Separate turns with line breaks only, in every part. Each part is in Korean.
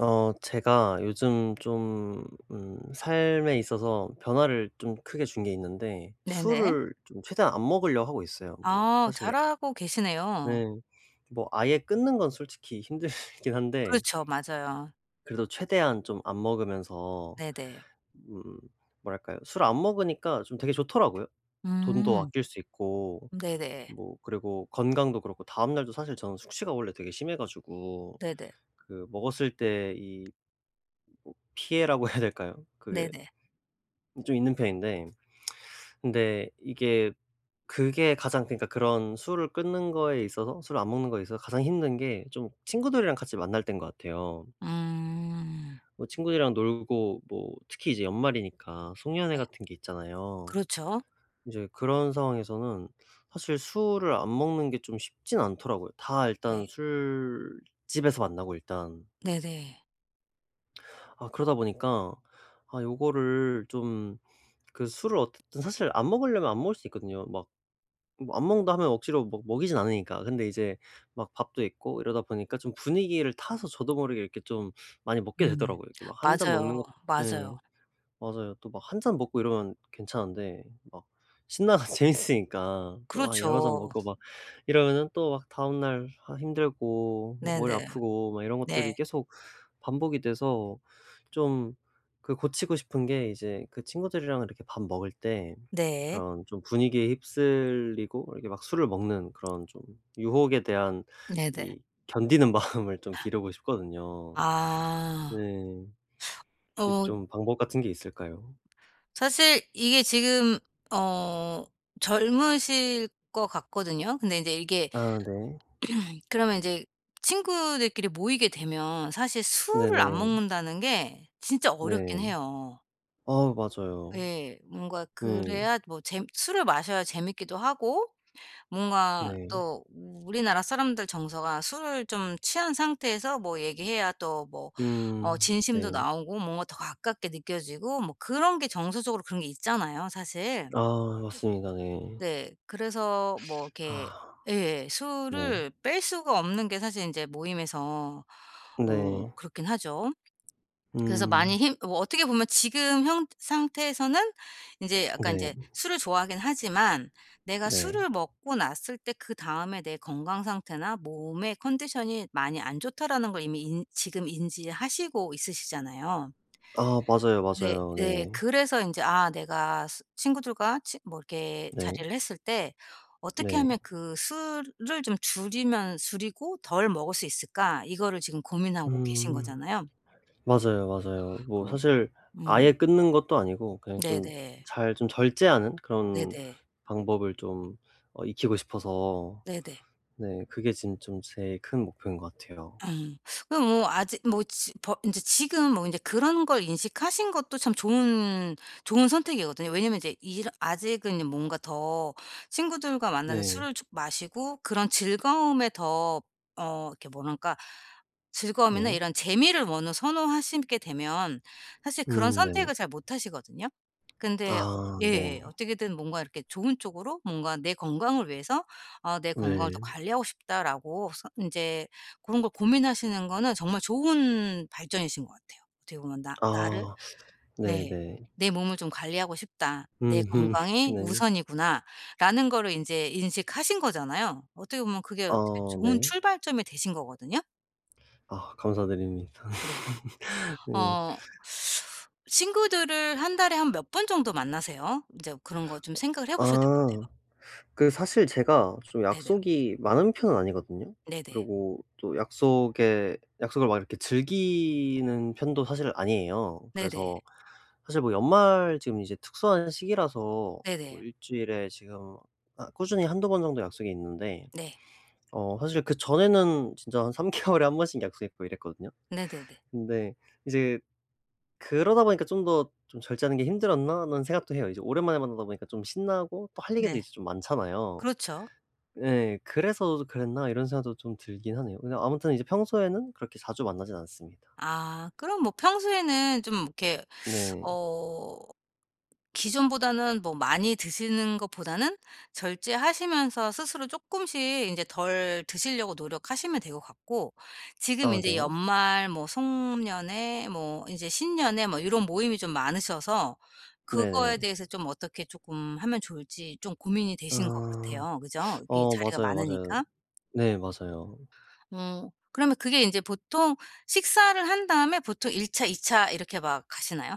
제가 요즘 좀 삶에 있어서 변화를 좀 크게 준 게 있는데
네네.
술을 좀 최대한 안 먹으려 하고 있어요. 뭐
아,
사실
잘하고 계시네요.
네. 뭐 아예 끊는 건 솔직히 힘들긴 한데
그렇죠. 맞아요.
그래도 최대한 좀 안 먹으면서
네네.
음 뭐랄까요? 술 안 먹으니까 좀 되게 좋더라고요. 돈도
음.
아낄 수 있고
네네.
뭐 그리고 건강도 그렇고 다음날도 사실 저는 숙취가 원래 되게 심해 가지고
네네.
그 먹었을 때이 뭐 피해라고 해야 될까요? 그게
네네.
좀 있는 편인데 근데 이게 그게 가장 그러니까 그런 술을 끊는 거에 있어서 술을 안 먹는 거에 있어서 가장 힘든 게 좀 친구들이랑 같이 만날 때인 것 같아요.
음.
뭐 친구들이랑 놀고 뭐 특히 이제 연말이니까 송년회
네.
같은 게 있잖아요.
그렇죠.
이제 그런 상황에서는 사실 술을 안 먹는 게 좀 쉽진 않더라고요. 다
네.
일단 술집에서 만나고 일단
네네.
아 그러다 보니까 아 요거를 좀 그 술을 어쨌든 사실 안 먹으려면 안 먹을 수 있거든요. 막 뭐안 먹는다 하면 억지로 먹 먹이진 않으니까. 근데 이제 막 밥도 있고 이러다 보니까 좀 분위기를 타서 저도 모르게 이렇게 좀 많이 먹게
음.
되더라고요. 이렇게 막 한 잔 먹는
맞아요,
것
맞아요.
네 맞아요. 또 막 한 잔 먹고 이러면 괜찮은데 막 신나서 재밌으니까 또 아 여러 잔
그렇죠.
먹고 막 이러면은 또 막 다음날 아 힘들고 막 머리
네네.
아프고 막 이런
네.
것들이 계속 반복이 돼서 좀 그 고치고 싶은 게 이제 그 친구들이랑 이렇게 밥 먹을 때
네.
그런 좀 분위기에 휩쓸리고 이렇게 막 술을 먹는 그런 좀 유혹에 대한
네네.
이 견디는 마음을 좀 기르고 싶거든요. 네.
아.
혹시
어
좀 방법 같은 게 있을까요?
사실 이게 지금 어 젊으실 것 같거든요. 근데 인제 이게,
아 네.
그러면 이제 친구들끼리 모이게 되면 사실 술을 안
네네.
먹는다는 게 진짜 어렵긴
네.
해요.
아 맞아요.
예. 뭔가
네.
그래야 뭐 재 술을 마셔야 재밌기도 하고, 뭔가
네.
또 우리나라 사람들 정서가 술을 좀 취한 상태에서 뭐 얘기해야 또 뭐 진심도
네.
나오고 뭔가 더 가깝게 느껴지고 뭐 그런 게 정서적으로 그런 게 있잖아요 사실.
아 맞습니다. 네.
네. 그래서 뭐 이렇게,
아
예,
네.
술을 뺄 수가 없는 게 사실 인제 모임에서
네.
그렇긴 하죠. 그래서
음
많이 힘 뭐 어떻게 보면 지금 형 상태에서는 인제 약간
네.
인제 술을 좋아하긴 하지만 내가
네.
술을 먹고 났을 때 그다음에 내 건강 상태나 몸의 컨디션이 많이 안 좋다라는 걸 이미 인 지금 인지하시고 있으시잖아요.
아 맞아요,
네
맞아요.
네.
네.
그래서 인제 아 내가 스 친구들과 치 뭐 이렇게
네.
자리를 했을 때 '어떻게
네.
하면 그 술을 좀 줄이면 줄이고 덜 먹을 수 있을까?' 이거를 지금 고민하고 계신
음.
거잖아요.
맞아요, 맞아요. 뭐
그래서
사실
음.
아예 끊는 것도 아니고 그냥 좀
네네.
잘 좀 절제하는 그런
네네.
방법을 좀 익히고 싶어서
네네.
네 그게 지금 좀 제일 큰 목표인 것 같아요.
예. 그럼 뭐 아직 뭐 지 버 인제 지금 뭐 인제 그런 걸 인식하신 것도 참 좋은 선택이거든요. 왜냐면 이제 이런 아직은 뭔가 더 친구들과 만나서
네.
술을 좀 마시고 그런 즐거움에 더, 이렇게 뭐랄까, 즐거움이나
네.
이런 재미를 먼저 선호하시게 되면 사실 그런
네.
선택을 잘 못하시거든요. 근데 어
아
예 예, 예.
네.
어떻게든 뭔가 이렇게 좋은 쪽으로 뭔가 '내 건강을 위해서 아 내 건강을 더
네.
관리하고 싶다.'라고 서 인제 그런 걸 고민하시는 거는 정말 좋은 발전이신 것 같아요. 어떻게 보면 나 나를,
아
예,
네네.
'내 몸을 좀 관리하고 싶다. 내
음음.
건강이
네.
우선이구나.'라는 거를 인제 인식하신 거잖아요. 어떻게 보면 그게 어떻게
아
좋은
네.
출발점이 되신 거거든요.
아 감사드립니다.
네.
네.
어 친구들을 한 달에 한 몇 번 정도 만나세요? 인제 그런 거 좀 생각을 해 보셔야 될 것 같아요.
아. 그 사실 제가 좀
네네.
약속이 많은 편은 아니거든요.
네네.
그리고 또 약속에 약속을 막 이렇게 즐기는 편도 사실 아니에요.
네네.
그래서 사실 뭐 연말 지금 이제 특수한 시기라서 뭐
네네.
일주일에 지금 아 꾸준히 한두 번 정도 약속이 있는데
네.
사실 그전에는 진짜 한 3 개월에 한 번씩 약속했고 이랬거든요.
네네네.
근데 이제 그러다 보니까 '좀 더 좀 절제하는 게 힘들었나?' 하는 생각도 해요. 이제 오랜만에 만나다 보니까 좀 신나고 또 할 얘기도
네.
이제 좀 많잖아요.
그렇죠.
예. '그래서 그랬나?' 이런 생각도 좀 들긴 하네요. 근데 아무튼 이제 평소에는 그렇게 자주 만나진 않습니다.
아, 그럼 뭐 평소에는 좀 이렇게
네.
어 기존보다는 뭐 많이 드시는 것보다는 절제하시면서 스스로 조금씩 이제 덜 드시려고 노력하시면 될 것 같고, 지금
아
이제
네.
연말 뭐 송년회 뭐 이제 신년회 뭐 이런 모임이 좀 많으셔서 그거에
네네.
대해서 좀 어떻게 조금 하면 좋을지 좀 고민이 되신 것
아.
같아요. 그죠? 이게
어
자리가
맞아요, 맞아요.
많으니까.
네 맞아요.
그러면 그게 이제 보통 식사를 한 다음에 보통 1 차, 2차 이렇게 막 가시나요?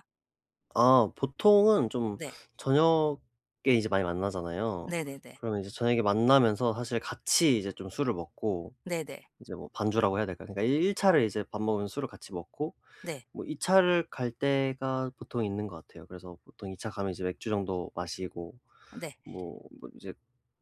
아 보통은 좀
네.
저녁에 이제 많이 만나잖아요.
네네네.
그러면 이제 저녁에 만나면서 사실 같이 이제 좀 술을 먹고
네네.
이제 뭐 반주라고 해야 될까요? 그러니까 1차 차를 이제 밥 먹으면서 술을 같이 먹고
네.
뭐 2차 차를 갈 때가 보통 있는 것 같아요. 그래서 보통 2차 가면 이제 맥주 정도 마시고
네.
뭐 뭐 이제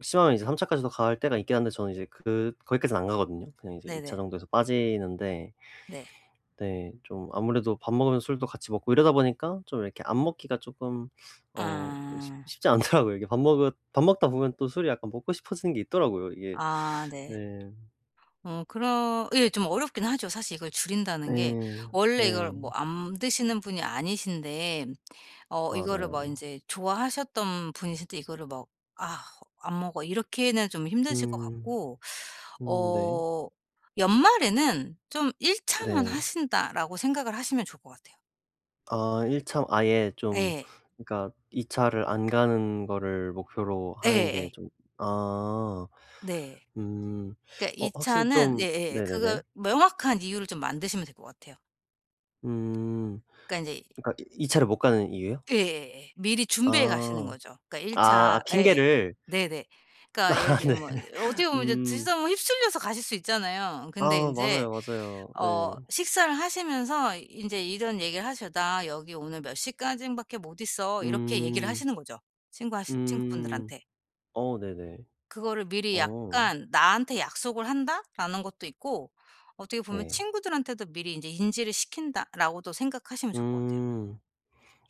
심하면 이제 3차 차까지도 갈 때가 있긴 한데 저는 이제 그 거기까지는 안 가거든요. 그냥 이제 2차
네네.
정도에서 빠지는데
네.
네 좀 아무래도 밥 먹으면서 술도 같이 먹고 이러다 보니까 좀 이렇게 안 먹기가 쪼끔 어 쉽
아.
쉽지 않더라고요. 이게 밥 먹다 보면 또 술이 약간 먹고 싶어지는 게 있더라고요 이게.
아
네.
네. 어 그러 예, 좀 어렵긴 하죠. 사실 이걸 줄인다는 게
예.
원래 이걸
네.
뭐 안 드시는 분이 아니신데, 이거를 막
맞아요.
인제 좋아하셨던 분이신데 이거를 막 "아, 안 먹어." 이렇게는 좀 힘드실 것
음.
같고,
네.
어 연말에는 좀 '1 차만
네.
하신다.'라고 생각을 하시면 좋을 것 같아요.
아 1 참 아예 좀
예.
그러니까 2 차를 안 가는 거를 목표로 하는
예예.
게 좀 아.
네.
음.
그러니까
어
2
확실히
차는,
좀
예예, 그거
네네네.
뭐 명확한 이유를 좀 만드시면 될 것 같아요.
음.
그러니까 인제
그러니까 이 2 차를 못 가는 이유요?
예예예. 미리 준비해 가시는
아.
거죠. 그러니까 일
아 아
차 예, 예.
핑계를.
네네. 그러니까 예를
아 네.
들면 뭐 인제 어떻게 보면 이제
음.
드시다 보면 휩쓸려서 가실 수 있잖아요. 근데
아
인제
맞아요, 맞아요. 네.
식사를 하시면서 인제 이런 얘기를 하셔. "나 여기 오늘 몇 시까진 밖에 못 있어." 이렇게 얘기를
음.
하시는 거죠.
음.
친구분들한테.
어 네네.
그거를 미리
어.
약간 '나한테 약속을 한다.'라는 것도 있고, 어떻게 보면
네.
'친구들한테도 미리 인제 인지를 시킨다.'라고도 생각하시면 좋을 것 같아요.
음.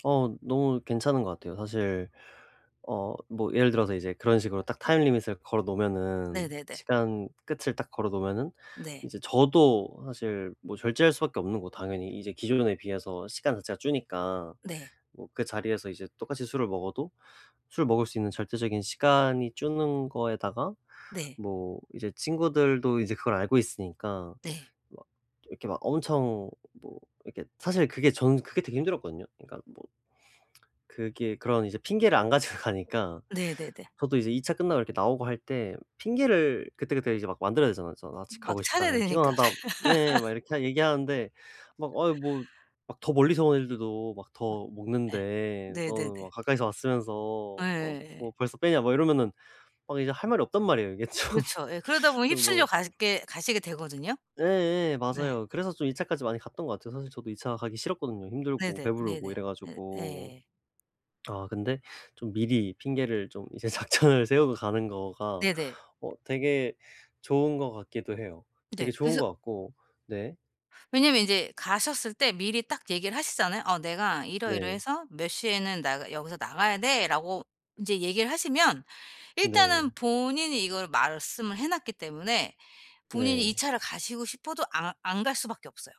어 너무 괜찮은 것 같아요. 사실 뭐 예를 들어서 이제 그런 식으로 딱 타임 리밋을 걸어 놓으면은
네네네.
시간 끝을 딱 걸어 놓으면은
네.
이제 저도 사실 뭐 절제할 수밖에 없는 거 당연히 이제 기존에 비해서 시간 자체가 주니까
네.
뭐 그 자리에서 이제 똑같이 술을 먹어도 술 먹을 수 있는 절대적인 시간이 주는 거에다가
네.
뭐 이제 친구들도 이제 그걸 알고 있으니까
네.
막 이렇게 막 엄청 뭐 이렇게 사실 그게 저는 그게 되게 힘들었거든요. 그러니까 뭐 그게 그런 이제 핑계를 안 가지고 가니까
네네네.
저도 이제 2차 끝나고 이렇게 나오고 할 때 핑계를 그때그때 이제 막 만들어야 되잖아요. "저 나 집
막
가고 싶다. 그냥
차례되니까.
피곤하다." 네. 막 이렇게 얘기하는데 막 "아이 뭐 막 더 멀리서 온 애들도 막 더
예.
먹는데
네네네.
너는 막 가까이서 왔으면서 어
예예예.
뭐 벌써 빼냐." 막 이러면은 막 이제 할 말이 없단 말이에요. 이게 좀
그렇죠. 예. 그러다 보면
좀 뭐
휩쓸려 가게 가시게 되거든요.
예예.
네.
맞아요. 그래서 좀 2 차까지 많이 갔던 것 같아요. 사실 저도 2차 가기 싫었거든요. 힘들고
네네.
배부르고
네네.
이래
예
가지고.
예예.
아 근데 좀 미리 핑계를 좀 이제 작전을 세우고 가는 거가
네네.
되게 좋은 것 같기도 해요. 되게
네.
좋은
그래서,
것 같고 네.
왜냐면 이제 가셨을 때 미리 딱 얘기를 하시잖아요. "어, 내가
네.
이러이러해서 몇 시에는 나 여기서 나가야 돼."라고 이제 얘기를 하시면 일단은
네.
본인이 이걸 말씀을 해 놨기 때문에 본인이 이
네.
차를 가시고 싶어도 안 갈 수밖에 없어요.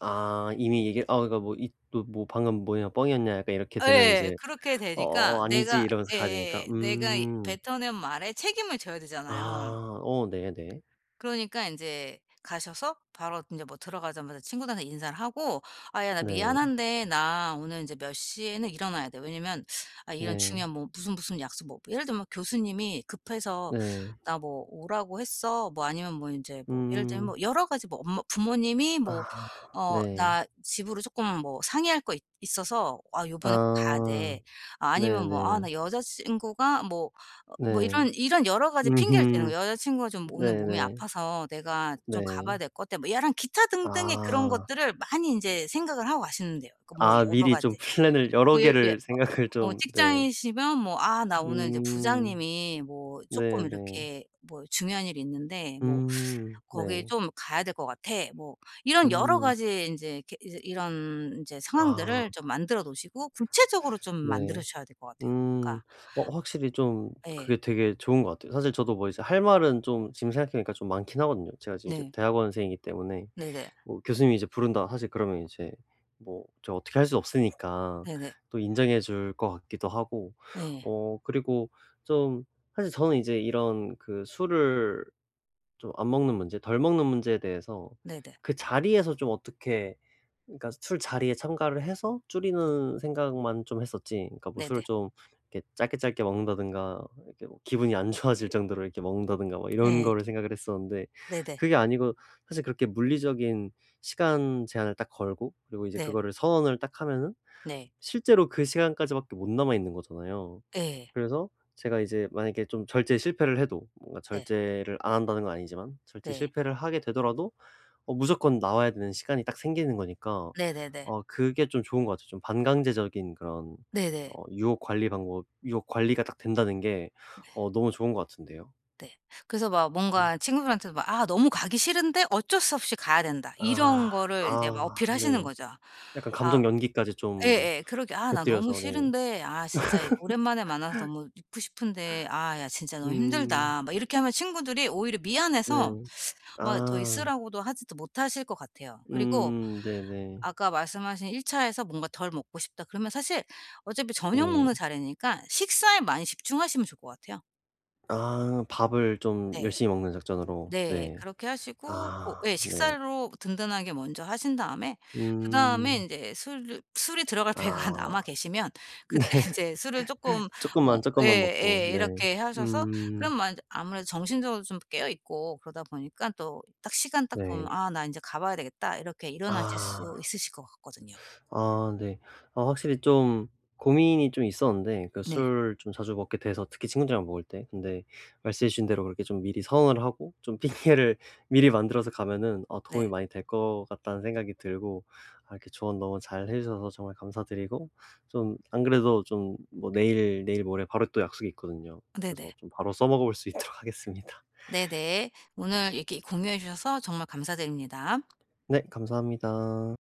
아 이미 얘기 아 그러니까 뭐 이 또 뭐 "방금 뭐냐 뻥이었냐." 약간 이렇게 되면
예.
이제
그렇게 되니까
"어어어 아니지."
내가,
이러면서
예
가야 되니까.
예, 내가
음.
뱉어낸 말에 책임을 져야 되잖아요.
아 어 네네.
그러니까 인제 가셔서 바로 인제 뭐 들어가자마자 친구들한테 인사를 하고 "아 야, 나
네. 네.
미안한데 나 오늘 인제 몇 시에는 일어나야 돼." 왜냐면 아 이런
네.
중요한 뭐 무슨 무슨 약속, 뭐 예를 들면 교수님이 급해서
네,
"나 뭐 오라고 했어." 뭐 아니면 뭐 인제 뭐 예를 들면 뭐
음.
여러 가지 뭐 엄마 부모님이 뭐
아
"어
네.
나 집으로 쪼끔 뭐 상의할 거 있 있어서 아 요번에 꼭 가야 돼."
아
아 아니면 뭐 "아
네네.
나 여자친구가 뭐 어 뭐
네.
이런 여러 가지 핑계를 대는
음음.
거예요. '여자 친구가 좀 오늘 몸이
네네.
아파서 내가 좀 가 봐야
네.
될 것 같아.' 뭐 약간 기타 등등의 그런
아.
것들을 많이 인제 생각을 하고 가시는데요. 그 뭐
아
여러
미리 좀
가지
플랜을 여러
뭐 예를 예
개를
어
생각을
뭐
좀 네.
직장이시면 뭐 '아 나 오늘 인제
음.
부장님이 뭐 쪼끔
네네.
이렇게 뭐 중요한 일이 있는데 뭐
음.
거기
네.
좀 가야 될 것 같아.' 뭐 이런 여러
음.
가지 인제 이렇게 이제 이런 인제
아
상황들을 좀 만들어 놓으시고 구체적으로 좀 만들어
네.
주셔야 될 것 같아요.
음.
그러니까
어 확실히 좀
예.
그게 되게 좋은 것 같아요. 사실 저도 뭐 이제 할 말은 좀 지금 생각해 보니까 좀 많긴 하거든요. 제가 지금 이제
네.
대학원생이기 때문에.
네네.
뭐 교수님이 이제 부른다 사실 그러면 이제 뭐 제가 어떻게 할 수 없으니까
네네.
또 인정해 줄 것 같기도 하고
예.
그리고 좀 사실 저는 이제 이런 그 술을 좀 안 먹는 문제 덜 먹는 문제에 대해서
네네.
그 자리에서 좀 어떻게 그러니까 술자리에 참가를 해서
네.
줄이는 생각만 좀 했었지 그러니까 뭐 술을
네네.
좀 이렇게 짧게 짧게 먹는다든가 이렇게 뭐 기분이 안 좋아질 정도로 이렇게 먹는다든가 뭐 이런
예.
거를 생각을 했었는데
네네.
그게 아니고 사실 그렇게 물리적인 시간 제한을 딱 걸고 그리고 이제
네.
그거를 선언을 딱 하면은
네.
실제로 그 시간까지밖에 못 남아 있는 거잖아요.
예.
그래서 제가 이제 만약에 좀 절제 실패를 해도 뭔가
네.
절제를 안 한다는 건 아니지만 절제
네.
실패를 하게 되더라도 무조건 나와야 되는 시간이 딱 생기는 거니까
네네네.
그게 좀 좋은 것 같아요. 좀 반강제적인 그런
네네.
유혹 관리 방법 유혹 관리가 딱 된다는 게 너무 좋은 것 같은데요.
네. 그래서 막
음.
뭔가 친구들한테도 막 "아 너무 가기 싫은데 어쩔 수 없이 가야 된다." 이런
아.
거를 인제 막
아
어필하시는
네.
거죠.
약간
아,
감정 연기까지 좀
예예. 그러게, "아 나 너무
곁들여서 네.
싫은데 아 진짜 이 오랜만에 만나서 너무 있고 싶은데 아 야 진짜 너무
음.
힘들다." 막 이렇게 하면 친구들이 오히려
네.
미안해서 막 더
아.
있으라고도 하지도 못하실 것 같아요. 그리고
네네.
아까 말씀하신 1 차에서 뭔가 덜 먹고 싶다 그러면 사실 어차피 저녁
네.
먹는
네.
자리니까 식사에 많이 집중하시면 좋을 것 같아요.
아 밥을 좀
네.
열심히 먹는 작전으로.
네.
네.
그렇게 하시고 고
아
예
네.
식사로 든든하게 먼저 하신 다음에 그다음에
음.
인제 술 술이 들어갈
아
배가 남아 계시면
네.
그때 인제 술을 쪼끔 뭐,
쪼끔만, 쪼끔만 먹고.
예예,
네.
이렇게 하셔서
음.
그럼 만 아무래도 정신적으로 좀 깨어 있고 그러다 보니까 또 딱 시간 딱 보면
네.
'아 나 인제 가 봐야 되겠다.' 이렇게 일어나실 수
아.
있으실 것 같거든요.
아 네. 아 확실히 좀 고민이 좀 있었는데 그
네.
술 좀 자주 먹게 돼서 특히 친구들이랑 먹을 때 근데 말씀해 주신 대로 그렇게 좀 미리 선언을 하고 좀 핑계를 미리 만들어서 가면은
네.
도움이 많이 될 것 같다는 생각이 들고 아 이렇게 조언 너무 잘해 주셔서 정말 감사드리고 좀 안 그래도 좀 뭐 내일, 내일 모레 바로 또 약속이 있거든요. 그래서
네네.
좀 바로 써먹어 볼 수 있도록 하겠습니다.
네네. 오늘 이렇게 공유해 주셔서 정말 감사드립니다.
네 감사합니다.